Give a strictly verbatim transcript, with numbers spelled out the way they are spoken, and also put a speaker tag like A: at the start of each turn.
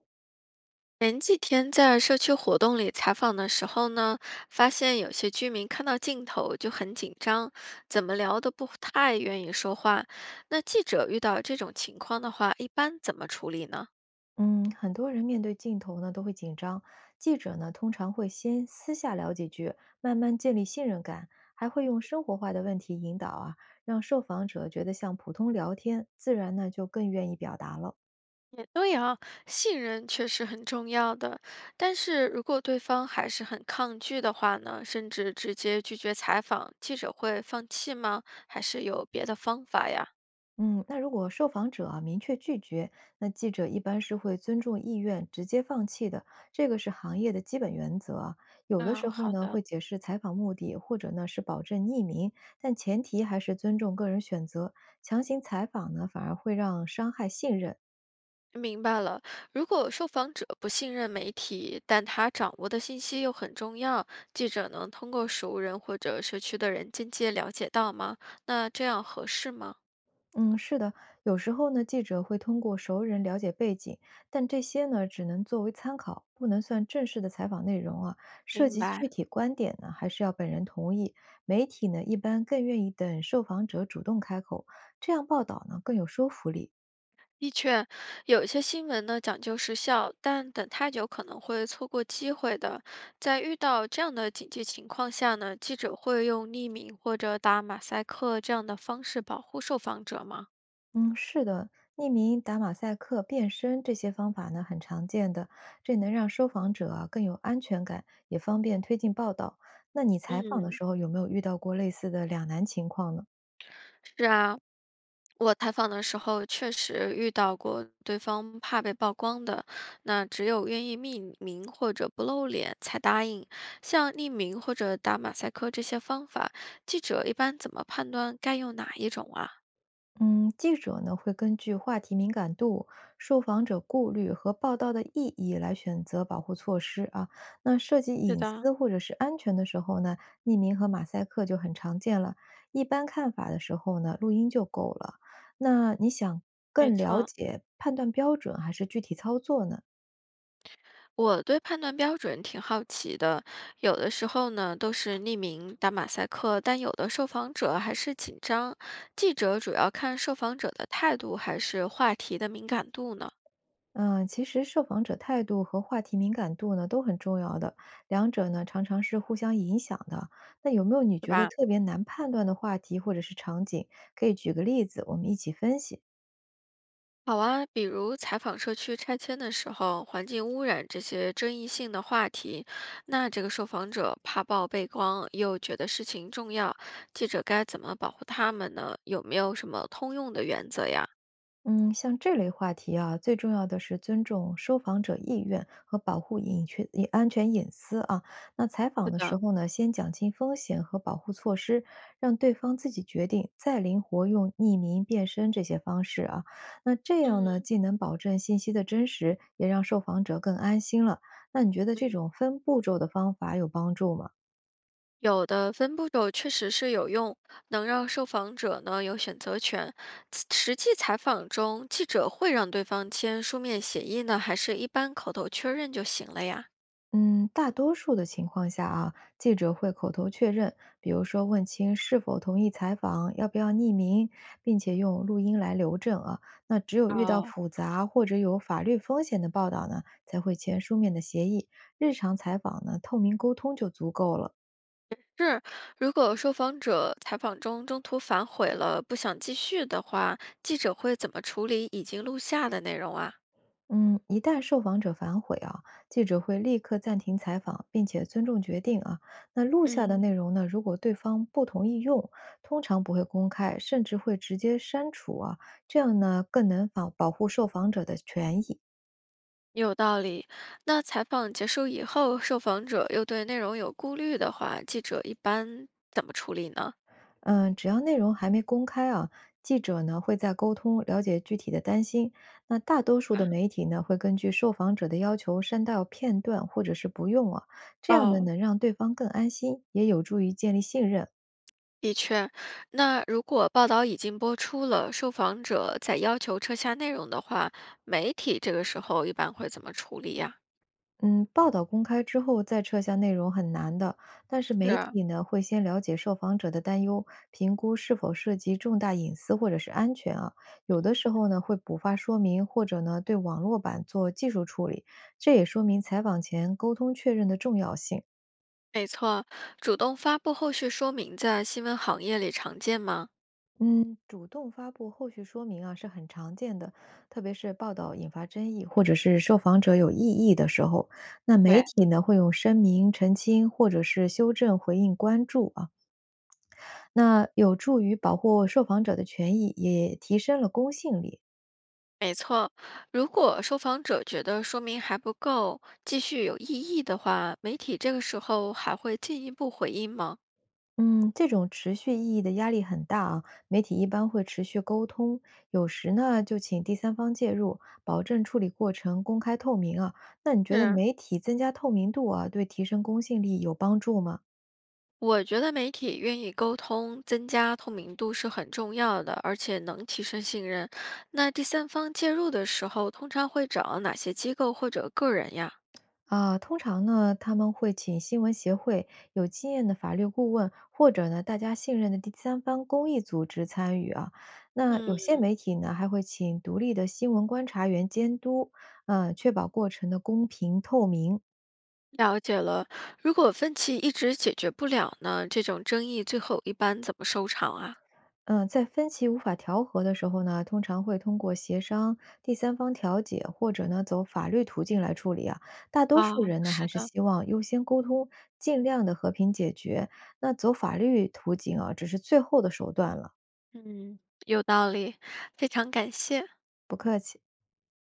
A: 前几天在社区活动里采访的时候呢，发现有些居民看到镜头就很紧张，怎么聊都不太愿意说话。那记者遇到这种情况的话，一般怎么处理呢？
B: 嗯，很多人面对镜头呢都会紧张，记者呢通常会先私下聊几句，慢慢建立信任感，还会用生活化的问题引导啊，让受访者觉得像普通聊天，自然呢就更愿意表达了。
A: 也对啊，信任确实很重要的，但是如果对方还是很抗拒的话呢，甚至直接拒绝采访，记者会放弃吗？还是有别的方法呀？
B: 嗯，那如果受访者啊明确拒绝，那记者一般是会尊重意愿，直接放弃的，这个是行业的基本原则啊。有的
A: 啊，
B: 时候
A: 好
B: 呢
A: 的。
B: 会解释采访目的，或者呢是保证匿名，但前提还是尊重个人选择。强行采访呢反而会让伤害信任。
A: 明白了。如果受访者不信任媒体，但他掌握的信息又很重要，记者能通过熟人或者社区的人间接了解到吗？那这样合适吗？
B: 嗯，是的，有时候呢，记者会通过熟人了解背景，但这些呢，只能作为参考，不能算正式的采访内容啊。涉
A: 明
B: 及
A: 白，
B: 具体观点呢，还是要本人同意。媒体呢，一般更愿意等受访者主动开口，这样报道呢更有说服力。
A: 的确，有一些新闻呢讲究时效，但等太久可能会错过机会的。在遇到这样的紧急情况下呢，记者会用匿名或者打马赛克这样的方式保护受访者吗？
B: 嗯，是的，匿名、打马赛克、变身这些方法呢，很常见的，这能让受访者啊更有安全感，也方便推进报道。那你采访的
A: 嗯，
B: 时候有没有遇到过类似的两难情况呢？
A: 是啊，我采访的时候确实遇到过对方怕被曝光的，那只有愿意匿名或者不露脸才答应。像匿名或者打马赛克这些方法，记者一般怎么判断该用哪一种啊？
B: 嗯，记者呢会根据话题敏感度、受访者顾虑和报道的意义来选择保护措施啊。那涉及
A: 对
B: 隐
A: 的，
B: 私或者是安全的时候呢，匿名和马赛克就很常见了。一般看法的时候呢，录音就够了。那你想
A: 没
B: 更了
A: 错。
B: 解判断标准还是具体操作呢？
A: 我对判断标准挺好奇的，有的时候呢都是匿名打马赛克，但有的受访者还是紧张。记者主要看受访者的态度还是话题的敏感度呢，
B: 嗯，其实受访者态度和话题敏感度呢都很重要的，两者呢常常是互相影响的。那有没有你
A: 是
B: 觉得
A: 吧？
B: 特别难判断的话题或者是场景？可以举个例子，我们一起分析。
A: 好啊，比如采访社区拆迁的时候，环境污染这些争议性的话题，那这个受访者怕曝被光，又觉得事情重要，记者该怎么保护他们呢？有没有什么通用的原则呀？
B: 嗯，像这类话题啊，最重要的是尊重受访者意愿和保护隐确隐安全隐私啊。那采访
A: 是
B: 的
A: 的，
B: 时候呢，先讲清风险和保护措施，让对方自己决定，再灵活用匿名、变身这些方式啊。那这样呢，
A: 嗯
B: 既能保证信息的真实，也让受访者更安心了。那你觉得
A: 嗯，
B: 这种分步骤的方法有帮助吗？
A: 有的分步骤确实是有用，能让受访者呢有选择权。此实际采访中，记者会让对方签书面协议呢，还是一般口头确认就行了呀？
B: 嗯，大多数的情况下啊，记者会口头确认，比如说问清是否同意采访，要不要匿名，并且用录音来留证啊。那只有遇到
A: 哦，
B: 复杂或者有法律风险的报道呢，才会签书面的协议。日常采访呢，透明沟通就足够了。
A: 是，如果受访者采访中中途反悔了，不想继续的话，记者会怎么处理已经录下的内容啊？
B: 嗯，一旦受访者反悔啊，记者会立刻暂停采访，并且尊重决定啊。那录下的内
A: 嗯，
B: 容呢，如果对方不同意用，通常不会公开，甚至会直接删除啊。这样呢，更能保保护受访者的权益。
A: 有道理。那采访结束以后，受访者又对内容有顾虑的话，记者一般怎么处理呢？
B: 嗯，只要内容还没公开啊，记者呢会在沟通了解具体的担心。那大多数的媒体呢会根据受访者的要求删掉片段或者是不用啊，这样呢
A: 哦，
B: 能让对方更安心，也有助于建立信任啊
A: 的确，那如果报道已经播出了，受访者再要求撤下内容的话，媒体这个时候一般会怎么处理呀？
B: 嗯，报道公开之后再撤下内容很难的，但是媒
A: 是，
B: 体呢会先了解受访者的担忧，评估是否涉及重大隐私或者是安全啊。有的时候呢会补发说明，或者呢对网络版做技术处理，这也说明采访前沟通确认的重要性。
A: 没错，主动发布后续说明在新闻行业里常见吗？
B: 嗯，主动发布后续说明啊是很常见的，特别是报道引发争议或者是受访者有异议的时候，那媒
A: 对，
B: 体呢会用声明澄清或者是修正回应关注啊。那有助于保护受访者的权益，也提升了公信力。
A: 没错，如果受访者觉得说明还不够，继续有异议的话，媒体这个时候还会进一步回应吗？
B: 嗯，这种持续意义的压力很大啊，媒体一般会持续沟通，有时呢就请第三方介入，保证处理过程公开透明啊。那你觉得
A: 是
B: 媒体增加透明度啊，对提升公信力有帮助吗？
A: 我觉得媒体愿意沟通，增加透明度是很重要的，而且能提升信任。那第三方介入的时候，通常会找哪些机构或者个人呀？
B: 啊，通常呢，他们会请新闻协会、有经验的法律顾问，或者呢，大家信任的第三方公益组织参与啊。那有些
A: 嗯。
B: 媒体呢，还会请独立的新闻观察员监督，嗯、确保过程的公平透明。
A: 了解了，如果分歧一直解决不了呢，这种争议最后一般怎么收场啊？
B: 嗯，在分歧无法调和的时候呢，通常会通过协商、第三方调解或者呢走法律途径来处理啊。大多
A: 啊，
B: 数人呢还
A: 是
B: 是
A: 的，
B: 希望优先沟通，尽量的和平解决。那走法律途径啊，只是最后的手段了。
A: 嗯，有道理，非常感谢。
B: 不客气。